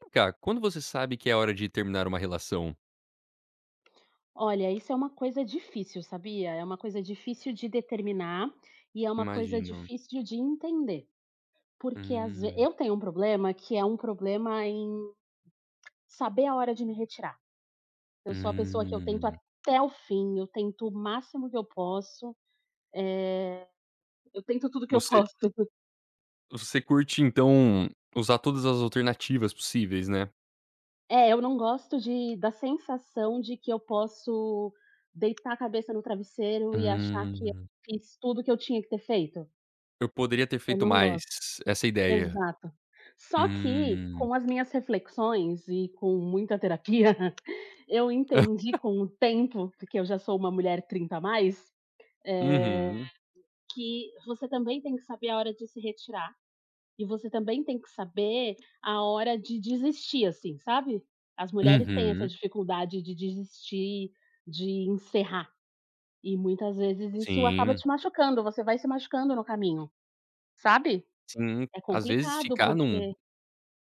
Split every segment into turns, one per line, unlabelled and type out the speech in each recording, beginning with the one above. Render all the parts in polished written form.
Vem cá, quando você sabe que é hora de terminar uma relação?
Olha, isso é uma coisa difícil, sabia? É uma coisa difícil de determinar e é uma coisa
Imagino.
difícil de entender, porque às ve
Hum,
eu tenho um problema que é um problema em saber a hora de me retirar. Eu sou a pessoa que eu tento
hum.
até o fim, eu tento o máximo que eu posso, eh, eu tento tudo que eu
Você
posso.
você curte então usar todas as alternativas possíveis, né?
É, eu não gosto de da sensação de que eu posso deitar a cabeça no travesseiro e achar que eu
Hum.
fiz tudo que eu tinha que ter feito.
Eu poderia ter
Eu
feito
não
mais,
gosto.
essa ideia.
Exato. Só que
Hum.
com as minhas reflexões e com muita terapia, eu entendi com o tempo, porque eu já sou uma mulher 30 a mais, eh,
Uhum,
que você também tem que saber a hora de se retirar e você também tem que saber a hora de desistir, assim, sabe. As mulheres têm essa
uhum.
dificuldade de desistir, de encerrar, e muitas vezes isso acaba
Sim,
te machucando, você vai se machucando no caminho, sabe.
sim.
É
Às vezes
complicado
ficar num
porque...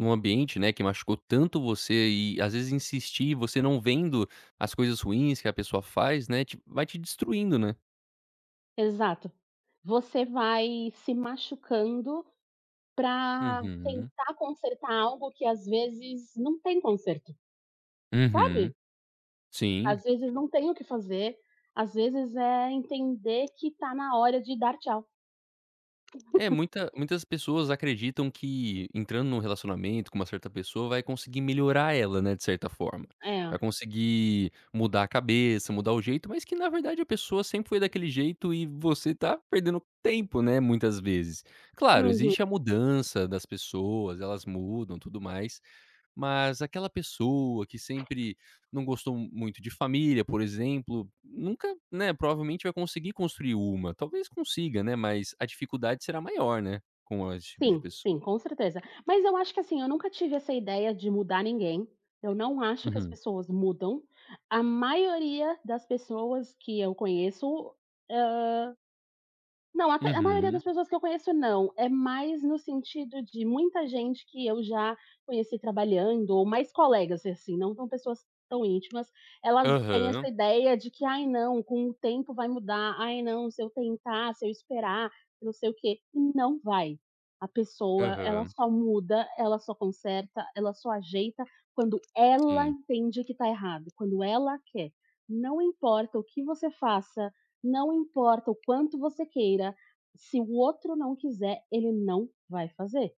num ambiente, né, que machucou tanto você e às vezes insistir, você não vendo as coisas ruins que a pessoa faz, né, te vai te destruindo, né?
Exato. Você vai se machucando para
Uhum.
tentar consertar algo que às vezes não tem conserto,
Uhum,
sabe?
sim.
Às vezes não tem o que fazer, às vezes é entender que tá na hora de dar tchau.
É, muitas pessoas acreditam que entrando num relacionamento com uma certa pessoa vai conseguir melhorar ela, né, de certa forma. Vai
É.
conseguir mudar a cabeça, mudar o jeito, mas que na verdade a pessoa sempre foi daquele jeito e você tá perdendo tempo, né, muitas vezes. Claro,
Uhum.
existe a mudança das pessoas, elas mudam, tudo mais. Mas aquela pessoa que sempre não gostou muito de família, por exemplo, nunca, né, provavelmente vai conseguir construir uma. Talvez consiga, né, mas a dificuldade será maior, né, com esse tipo de
Sim,
pessoa.
sim, com certeza. Mas eu acho que assim, eu nunca tive essa ideia de mudar ninguém. Eu não acho que as
Uhum.
pessoas mudam. A maioria das pessoas que eu conheço... Não, até a maioria
Uhum.
das pessoas que eu conheço não, é mais no sentido de muita gente que eu já conheci trabalhando, ou mais colegas, assim, não tão pessoas tão íntimas, elas têm essa
Aham.
ideia de que: "Ai não, com o tempo vai mudar. Ai não, se eu tentar, se eu esperar, não sei o quê". E não vai. A pessoa, ela
Aham.
só muda, ela só conserta, ela só ajeita quando ela
Sim,
entende que tá errado, quando ela quer. Não importa o que você faça, não importa o quanto você queira, se o outro não quiser, ele não vai fazer.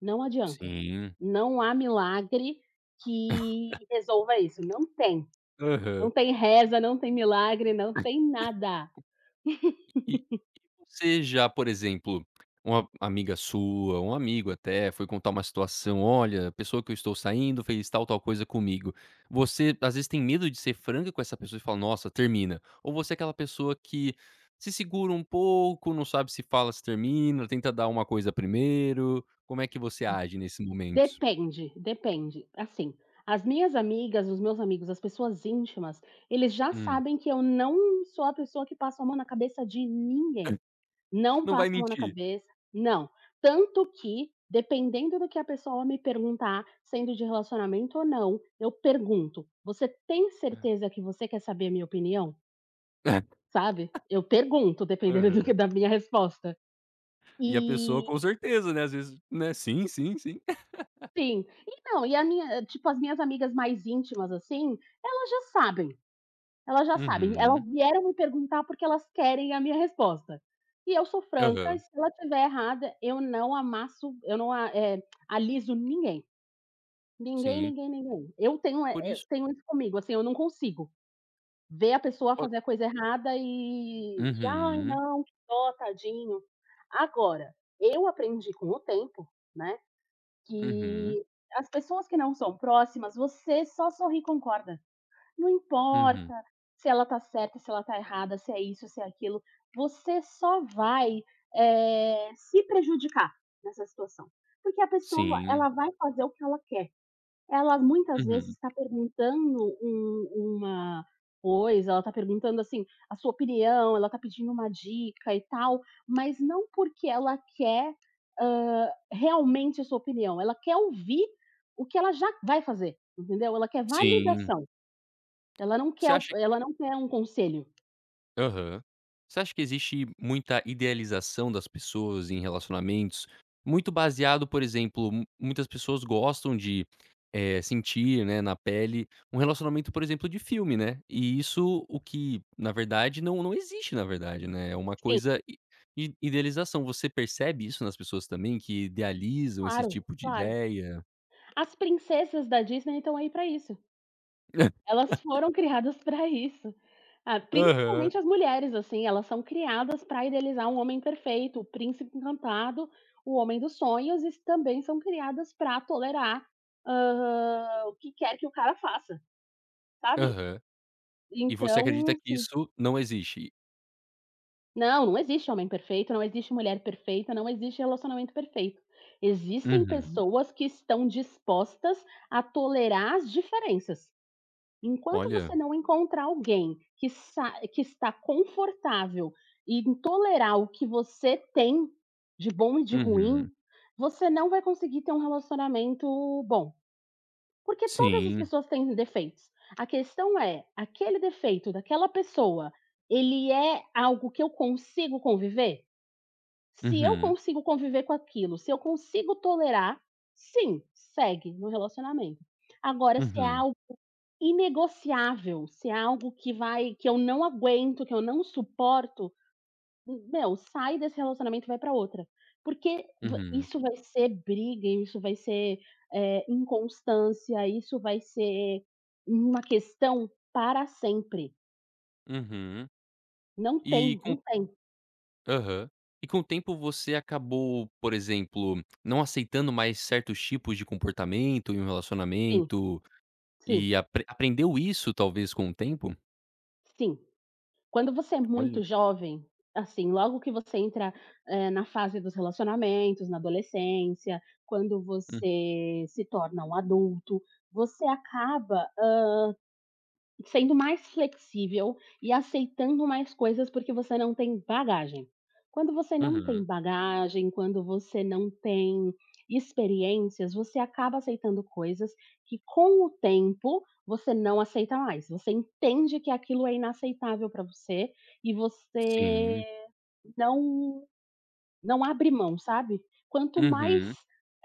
Não adianta.
sim.
Não há milagre que resolva isso, não tem.
Aham.
Não tem reza, não tem milagre, não tem nada.
E você já, por exemplo, uma amiga sua, um amigo até, foi contar uma situação: "Olha, a pessoa que eu estou saindo fez tal, tal coisa comigo". Você, às vezes, tem medo de ser franca com essa pessoa e fala: "Nossa, termina". Ou você é aquela pessoa que se segura um pouco, não sabe se fala, se termina, tenta dar uma coisa primeiro? Como é que você age nesse momentos?
Depende, depende. Assim, as minhas amigas, os meus amigos, as pessoas íntimas, eles já
Hum.
sabem que eu não sou a pessoa que passa a mão na cabeça de ninguém. Não
Não vai
passo a mão na
mentir.
cabeça, não. Tanto que, dependendo do que a pessoa me perguntar, sendo de relacionamento ou não, eu pergunto: "Você tem certeza que você quer saber a minha opinião?", sabe? Eu pergunto dependendo do
Aham.
que da minha resposta.
E a pessoa
E
com certeza, né, às vezes, né: "Sim, sim, sim".
sim. E não, e a minha tipo, as minhas amigas mais íntimas, assim, elas já sabem. Elas já sabem, elas
Uhum.
vieram me perguntar porque elas querem a minha resposta. E eu sou franca e
Aham.
se ela tiver errada, eu não amasso, eu não a eh, aliso ninguém. Ninguém,
Sim.
ninguém, ninguém. Eu tenho, eh
Por
eh,
isso
tenho isso comigo, assim, eu não consigo ver a pessoa
po
fazer a coisa errada e: "Ai,
uhum,
não, que dó, tadinho". Agora, eu aprendi com o tempo, né,
uhum,
que as pessoas que não são próximas, você só sorri e concorda. Não
uhum.
importa se ela tá certa, se ela tá errada, se é isso, se é aquilo, você só vai, se prejudicar nessa situação, porque a pessoa,
Sim,
ela vai fazer o que ela quer. Ela muitas vezes
uhum,
está perguntando uma coisa, ela está perguntando, assim, a sua opinião, ela está pedindo uma dica e tal, mas não porque ela quer, realmente a sua opinião, ela quer ouvir o que ela já vai fazer, entendeu? Ela quer
sim.
validação. Ela não
Você
quer o
acha
ela não quer um conselho.
aham. Você acha que existe muita idealização das pessoas em relacionamentos, muito baseado, por exemplo, mu muitas pessoas gostam de, sentir, né, na pele um relacionamento, por exemplo, de filme, né, e isso o que, na verdade, não existe, na verdade, né, é uma
Sim.
coisa i idealização. Você percebe isso nas pessoas também, que idealizam esse
Claro,
tipo de
claro.
ideia?
As princesas da Disney estão aí para isso. Elas foram criadas para isso. Ah,
Aham,
principalmente as mulheres, assim, elas são criadas para idealizar um homem perfeito, o príncipe encantado, o homem dos sonhos e também são criadas para tolerar, o que quer que o cara faça, sabe.
aham. E você
Então,
acredita que
assim...
isso não existe?
Não, não existe homem perfeito, não existe mulher perfeita, não existe relacionamento perfeito. Existem
Uhum.
pessoas que estão dispostas a tolerar as diferenças. Enquanto
Olha.
você não encontrar alguém que, sa que está confortável em tolerar o que você tem de bom e de ruim,
Uhum.
você não vai conseguir ter um relacionamento bom. Porque todas as
Sim.
pessoas têm defeitos. A questão é, aquele defeito daquela pessoa, ele é algo que eu consigo conviver? Se eu
Uhum,
consigo conviver com aquilo, se eu consigo tolerar, sim, segue no relacionamento. Agora, se é
uhum,
algo inegociável, se é algo que vai que eu não aguento, que eu não suporto, meu, sai desse relacionamento e vai pra outra. Porque va
uhum,
isso vai ser briga, isso vai ser, inconstância, isso vai ser uma questão para sempre.
uhum.
Não
E
tem,
com
não tem.
aham. E com o tempo você acabou, por exemplo, não aceitando mais certos tipos de comportamento em um
Sim,
relacionamento
sim,
e aprendeu isso talvez com o tempo?
sim. Quando você é
Olha.
muito jovem, assim, logo que você entra, na fase dos relacionamentos, na adolescência, quando
Hum.
você se torna um adulto, você acaba sendo mais flexível e aceitando mais coisas, porque você não tem bagagem. Quando você não tem
Uhum.
bagagem, quando você não tem experiências, você acaba aceitando coisas que com o tempo você não aceita mais. Você entende que aquilo é inaceitável para você e
Sim.
você não não abre mão, sabe. Quanto mais,
Uhum.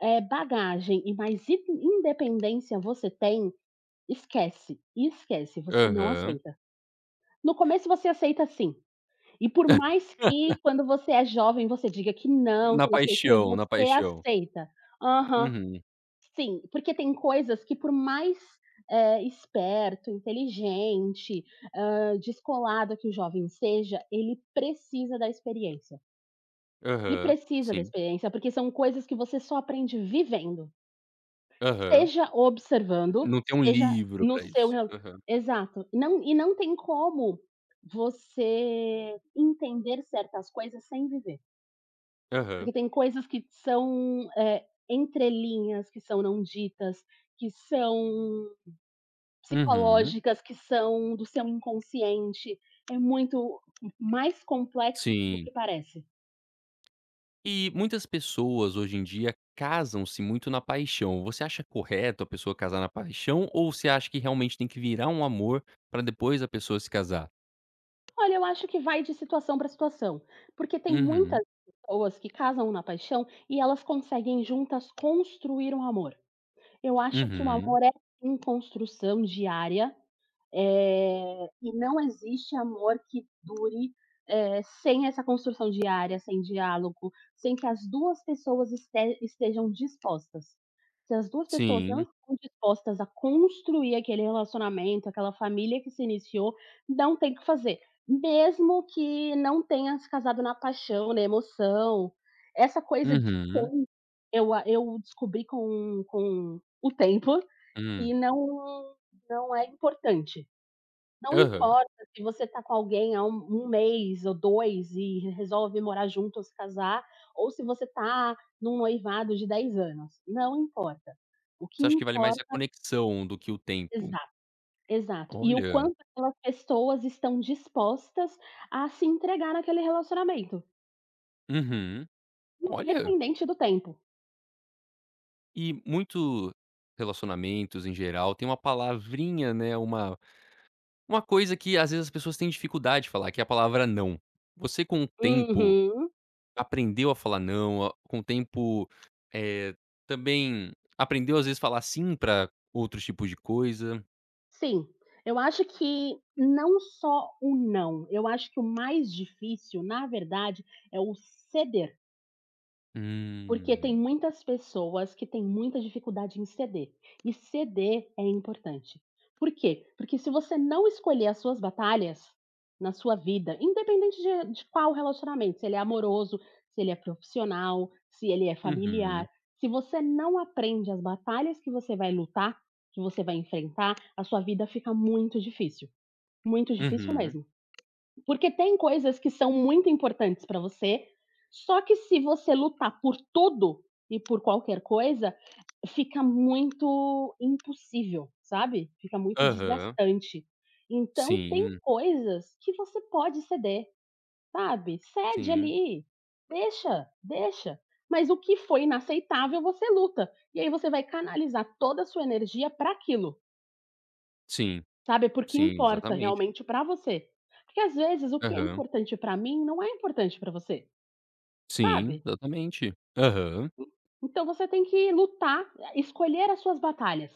bagagem e mais in independência você tem... Esquece, esquece, você não
Aham.
aceita. No começo você aceita sim, e por mais que quando você é jovem você diga que
Na
não sei o quê,
paixão, na
você
paixão.
aceita. Aham,
Uhum.
sim, porque tem coisas que por mais, esperto, inteligente, descolado que o jovem seja, ele precisa da experiência. Ele
Aham,
precisa da
sim.
experiência, porque são coisas que você só aprende vivendo.
Aham.
Seja observando,
Não tem um
seja
livro
no
pra
seu
isso.
rela...
Aham,
exato. Não, e não tem como você entender certas coisas sem viver,
aham.
porque tem coisas que são, entre que são não ditas, que são
Uhum,
psicológicas, que são do seu inconsciente. É muito mais complexo do
sim.
que parece.
E muitas pessoas hoje em dia casam-se muito na paixão. Você acha correto a pessoa casar na paixão ou você acha que realmente tem que virar um amor pra depois a pessoa se casar?
Olha, eu acho que vai de situação para situação, porque tem
Uhum,
muitas pessoas que casam na paixão e elas conseguem juntas construir um amor. Eu acho que o
uhum,
amor é sim construção diária, e não existe amor que dure, sem essa construção diária, sem diálogo, sem que as 2 pessoas estejam dispostas. Se as duas pessoas não
sim,
estão dispostas a construir aquele relacionamento, aquela família que se iniciou, não tem o que fazer. Mesmo que não tenha se casado na paixão, na emoção, essa coisa de
uhum,
tempo, eu descobri com o tempo que
hum,
não é importante. Não
aham.
importa se você tá com alguém há 1 mês ou 2 e resolve morar junto ou se casar, ou se você tá num noivado de 10 anos, não importa. O que
Você acha que vale mais a
importa...
conexão do que o tempo?
exato, exato. E o
Olha,
quanto aquelas pessoas estão dispostas a se entregar naquele relacionamento,
uhum, olha.
independente do tempo.
E muito relacionamentos em geral tem uma palavrinha, né, uma coisa que às vezes as pessoas têm dificuldade de falar, que é a palavra "não". Você com o tempo
Uhum,
aprendeu a falar "não", a com o tempo, eh, também aprendeu às vezes falar "sim" pra outros tipos de coisa?
sim. Eu acho que não só o "não", eu acho que o mais difícil, na verdade, é o ceder. Porque tem
Hum.
muitas pessoas que têm muita dificuldade em ceder, e ceder é importante. Por quê? Porque se você não escolher as suas batalhas na sua vida, independente de qual relacionamento, se ele é amoroso, se ele é profissional, se ele é
Uhum.
familiar, se você não aprende as batalhas que você vai lutar, que você vai enfrentar, a sua vida fica muito difícil
Uhum.
mesmo. Porque tem coisas que são muito importantes para você, só que se você lutar por tudo e por qualquer coisa, fica muito impossível, sabe? Fica muito
Aham.
desgastante. Então, tem
Sim,
coisas que você pode ceder, sabe? Cede
sim,
ali, deixa, deixa. Mas o que foi inaceitável, você luta. E aí você vai canalizar toda a sua energia para aquilo.
sim,
Sabe, porque
sim,
importa
exatamente.
realmente pra você. Porque às vezes o que é
Aham.
importante pra mim não é importante pra você,
Sim,
sabe.
exatamente. Aham.
Então você tem que lutar, escolher as suas batalhas.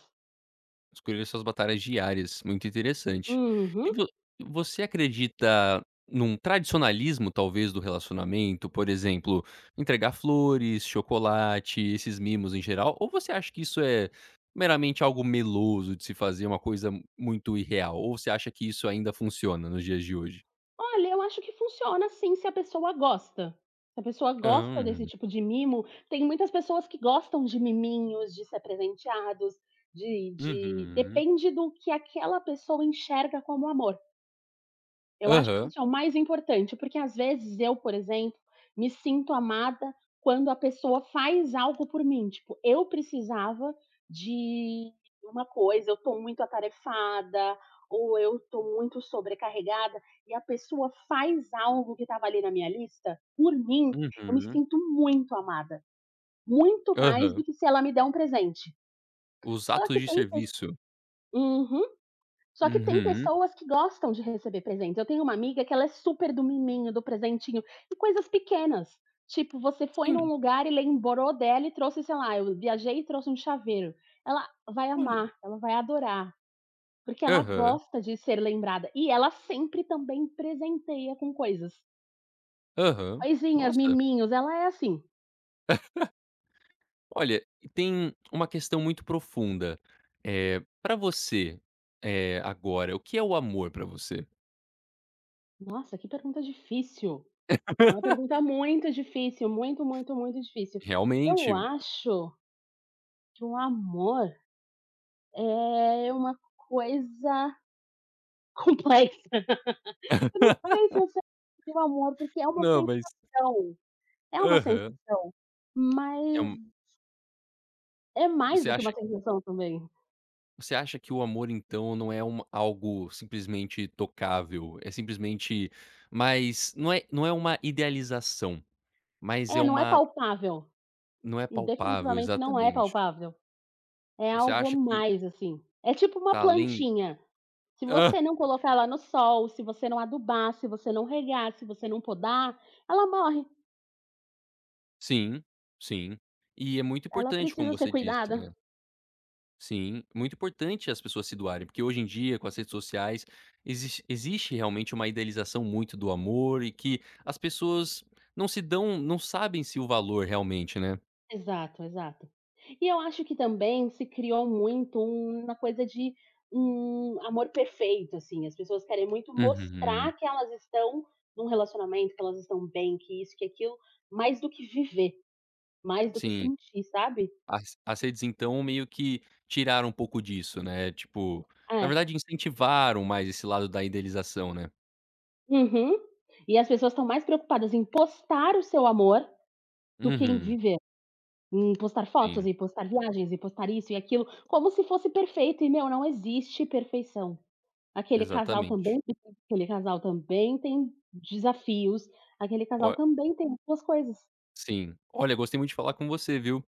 Escolher suas batalhas diárias, muito interessante. E
Uhum.
vo você acredita num tradicionalismo, talvez, do relacionamento? Por exemplo, entregar flores, chocolate, esses mimos em geral, ou você acha que isso é meramente algo meloso de se fazer, uma coisa muito irreal? Ou você acha que isso ainda funciona nos dias de hoje?
Olha, eu acho que funciona sim se a pessoa gosta. Se a pessoa gosta desse
Hã.
tipo de mimo, tem muitas pessoas que gostam de miminhos, de ser presenteados, de
Uhum.
depende do que aquela pessoa enxerga como amor. Eu acho que
Aham.
isso é o mais importante, porque às vezes eu, por exemplo, me sinto amada quando a pessoa faz algo por mim, tipo, eu precisava de uma coisa, eu tô muito atarefada, ou eu tô muito sobrecarregada, e a pessoa faz algo que estava ali na minha lista, por mim, eu me
Uhum.
sinto muito amada, muito mais
Aham.
do que se ela me der um presente.
Os
Só
atos
que
de
tem pes
serviço.
uhum. Só que tem
Uhum.
pessoas que gostam de receber presentes. Eu tenho uma amiga que ela é super do miminho, do presentinho, e coisas pequenas. Tipo, você foi num
Sim,
lugar e lembrou dela e trouxe, sei lá, eu viajei e trouxe um chaveiro. Ela vai
olha.
amar, ela vai adorar, porque ela
Aham.
gosta de ser lembrada. E ela sempre também presenteia com coisas.
Aham.
Coisinhas,
Nossa.
miminhos, ela é assim.
Olha, e tem uma questão muito profunda. Pra você, agora, o que é o amor para você?
Nossa, que pergunta difícil. É uma pergunta muito difícil, muito, muito, muito difícil. Eu
Realmente
acho que o amor é uma coisa complexa. Eu não sei se eu sei o amor, porque
não, mas
é uma
aham.
sensação,
É
mas
um
é mais
você
do que uma
acha
sensação também.
você acha que o amor, então, não é uma algo simplesmente tocável, é simplesmente mas não é uma idealização, mas é
É, não é
uma
palpável,
não é palpável,
definitivamente não é
exatamente.
palpável, é
Você
algo a
acha que
mais, assim. É tipo uma
tá além
plantinha, se
hã,
você não colocar ela no sol, se você não adubar, se você não regar, se você não podar, ela morre,
sim, sim. E é muito
ela
importante, como
precisa ser
você disse, né.
cuidada.
Sim, muito importante as pessoas se doarem, porque hoje em dia, com as redes sociais, existe realmente uma idealização muito do amor e que as pessoas não se dão não sabem-se o valor realmente, né.
Exato, exato. E eu acho que também se criou muito uma coisa de um amor perfeito, assim, as pessoas querem muito
Uhum.
mostrar que elas estão num relacionamento, que elas estão bem, que isso, que aquilo, mais do que viver, mais do que
Sim,
sentir, sabe?
as redes então meio que tiraram um pouco disso, né, tipo, na
É.
verdade incentivaram mais esse lado da idealização, né.
Uhum. E as pessoas estão mais preocupadas em postar o seu amor do que em
Uhum,
viver. Em postar fotos
sim,
e postar viagens e postar isso e aquilo, como se fosse perfeito, e meu, não existe perfeição. Aquele casal
exatamente.
também Aquele casal também tem desafios, aquele casal
Ó
também tem as suas coisas.
sim. Olha, gostei muito de falar com você, viu.